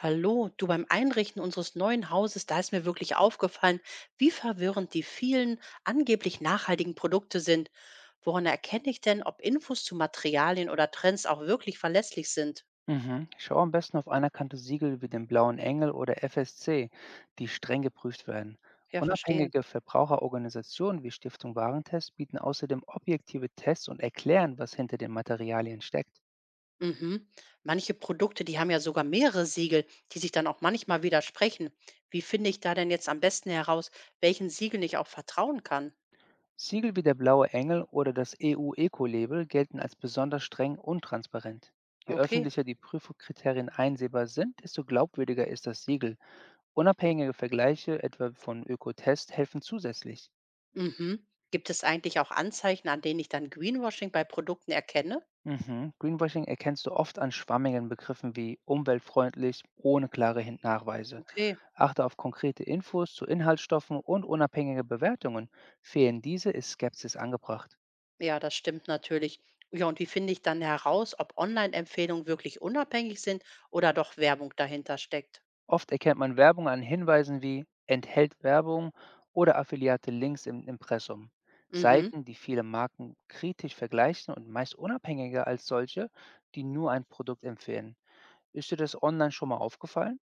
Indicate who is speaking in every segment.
Speaker 1: Hallo, du, beim Einrichten unseres neuen Hauses, da ist mir wirklich aufgefallen, wie verwirrend die vielen angeblich nachhaltigen Produkte sind. Woran erkenne ich denn, ob Infos zu Materialien oder Trends auch wirklich verlässlich sind?
Speaker 2: Mhm. Schau am besten auf anerkannte Siegel wie den Blauen Engel oder FSC, die streng geprüft werden.
Speaker 1: Ja, verstehe.
Speaker 2: Unabhängige Verbraucherorganisationen wie Stiftung Warentest bieten außerdem objektive Tests und erklären, was hinter den Materialien steckt.
Speaker 1: Mhm. Manche Produkte, die haben ja sogar mehrere Siegel, die sich dann auch manchmal widersprechen. Wie finde ich da denn jetzt am besten heraus, welchen Siegeln ich auch vertrauen kann?
Speaker 2: Siegel wie der Blaue Engel oder das EU-Eco-Label gelten als besonders streng und transparent. Je
Speaker 1: Okay.
Speaker 2: öffentlicher die Prüfkriterien einsehbar sind, desto glaubwürdiger ist das Siegel. Unabhängige Vergleiche, etwa von Ökotest, helfen zusätzlich.
Speaker 1: Mhm. Gibt es eigentlich auch Anzeichen, an denen ich dann Greenwashing bei Produkten erkenne?
Speaker 2: Mhm. Greenwashing erkennst du oft an schwammigen Begriffen wie umweltfreundlich ohne klare Nachweise.
Speaker 1: Okay.
Speaker 2: Achte auf konkrete Infos zu Inhaltsstoffen und unabhängige Bewertungen. Fehlen diese, ist Skepsis angebracht.
Speaker 1: Ja, das stimmt natürlich. Ja, und wie finde ich dann heraus, ob Online-Empfehlungen wirklich unabhängig sind oder doch Werbung dahinter steckt?
Speaker 2: Oft erkennt man Werbung an Hinweisen wie enthält Werbung oder affiliate Links im Impressum.
Speaker 1: Mhm.
Speaker 2: Seiten, die viele Marken kritisch vergleichen und meist unabhängiger als solche, die nur ein Produkt empfehlen. Ist dir das online schon mal aufgefallen?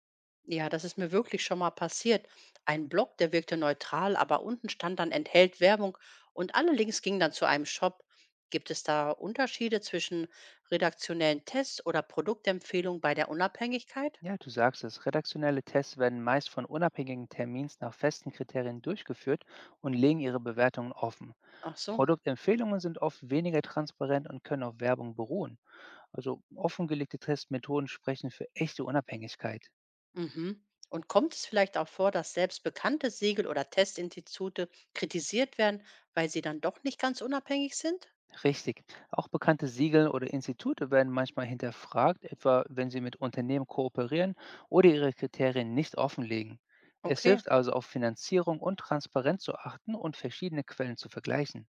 Speaker 1: Ja, das ist mir wirklich schon mal passiert. Ein Blog, der wirkte neutral, aber unten stand dann "enthält Werbung" und alle Links gingen dann zu einem Shop. Gibt es da Unterschiede zwischen redaktionellen Tests oder Produktempfehlungen bei der Unabhängigkeit?
Speaker 2: Ja, du sagst es. Redaktionelle Tests werden meist von unabhängigen Termins nach festen Kriterien durchgeführt und legen ihre Bewertungen offen.
Speaker 1: Ach so.
Speaker 2: Produktempfehlungen sind oft weniger transparent und können auf Werbung beruhen. Also offengelegte Testmethoden sprechen für echte Unabhängigkeit.
Speaker 1: Mhm. Und kommt es vielleicht auch vor, dass selbst bekannte Siegel oder Testinstitute kritisiert werden, weil sie dann doch nicht ganz unabhängig sind?
Speaker 2: Richtig. Auch bekannte Siegel oder Institute werden manchmal hinterfragt, etwa wenn sie mit Unternehmen kooperieren oder ihre Kriterien nicht offenlegen. Es
Speaker 1: Okay.
Speaker 2: hilft also auf Finanzierung und Transparenz zu achten und verschiedene Quellen zu vergleichen.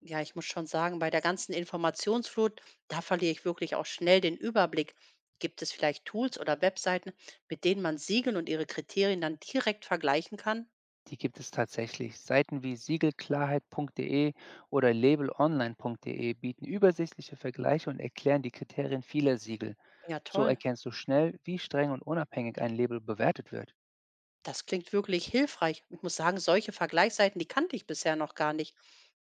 Speaker 1: Ja, ich muss schon sagen, bei der ganzen Informationsflut, da verliere ich wirklich auch schnell den Überblick. Gibt es vielleicht Tools oder Webseiten, mit denen man Siegel und ihre Kriterien dann direkt vergleichen kann?
Speaker 2: Die gibt es tatsächlich. Seiten wie siegelklarheit.de oder labelonline.de bieten übersichtliche Vergleiche und erklären die Kriterien vieler Siegel.
Speaker 1: Ja,
Speaker 2: So
Speaker 1: toll.
Speaker 2: erkennst du schnell, wie streng und unabhängig ein Label bewertet wird.
Speaker 1: Das klingt wirklich hilfreich. Ich muss sagen, solche Vergleichsseiten, die kannte ich bisher noch gar nicht.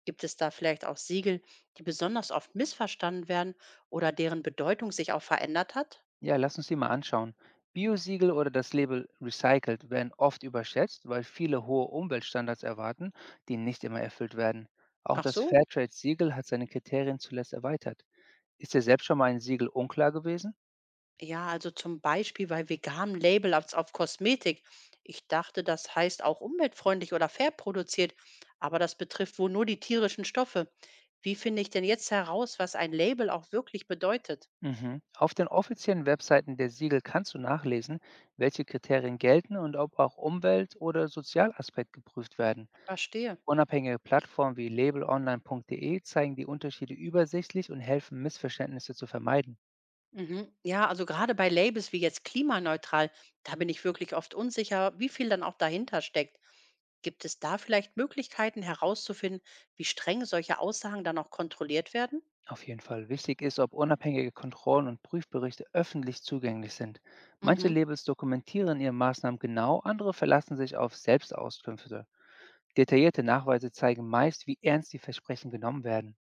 Speaker 1: Gibt es da vielleicht auch Siegel, die besonders oft missverstanden werden oder deren Bedeutung sich auch verändert hat?
Speaker 2: Ja, lass uns die mal anschauen. Biosiegel oder das Label Recycled werden oft überschätzt, weil viele hohe Umweltstandards erwarten, die nicht immer erfüllt werden. Auch
Speaker 1: Ach
Speaker 2: das
Speaker 1: so,
Speaker 2: Fairtrade-Siegel hat seine Kriterien zuletzt erweitert. Ist dir selbst schon mal ein Siegel unklar gewesen?
Speaker 1: ja, also zum Beispiel bei veganem Label auf Kosmetik. Ich dachte, das heißt auch umweltfreundlich oder fair produziert, aber das betrifft wohl nur die tierischen Stoffe. Wie finde ich denn jetzt heraus, was ein Label auch wirklich bedeutet?
Speaker 2: Mhm. Auf den offiziellen Webseiten der Siegel kannst du nachlesen, welche Kriterien gelten und ob auch Umwelt- oder Sozialaspekt geprüft werden.
Speaker 1: Verstehe.
Speaker 2: Unabhängige Plattformen wie labelonline.de zeigen die Unterschiede übersichtlich und helfen, Missverständnisse zu vermeiden.
Speaker 1: Mhm. Ja, also gerade bei Labels wie jetzt klimaneutral, da bin ich wirklich oft unsicher, wie viel dann auch dahinter steckt. Gibt es da vielleicht Möglichkeiten herauszufinden, wie streng solche Aussagen dann auch kontrolliert werden?
Speaker 2: Auf jeden Fall wichtig ist, ob unabhängige Kontrollen und Prüfberichte öffentlich zugänglich sind. Manche
Speaker 1: Mhm.
Speaker 2: Labels dokumentieren ihre Maßnahmen genau, andere verlassen sich auf Selbstauskünfte. Detaillierte Nachweise zeigen meist, wie ernst die Versprechen genommen werden.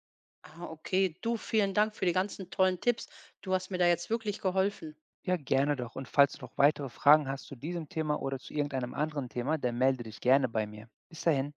Speaker 1: Ah, okay, du, vielen Dank für die ganzen tollen Tipps. Du hast mir da jetzt wirklich geholfen.
Speaker 2: Ja, gerne doch. Und falls du noch weitere Fragen hast zu diesem Thema oder zu irgendeinem anderen Thema, dann melde dich gerne bei mir. Bis dahin.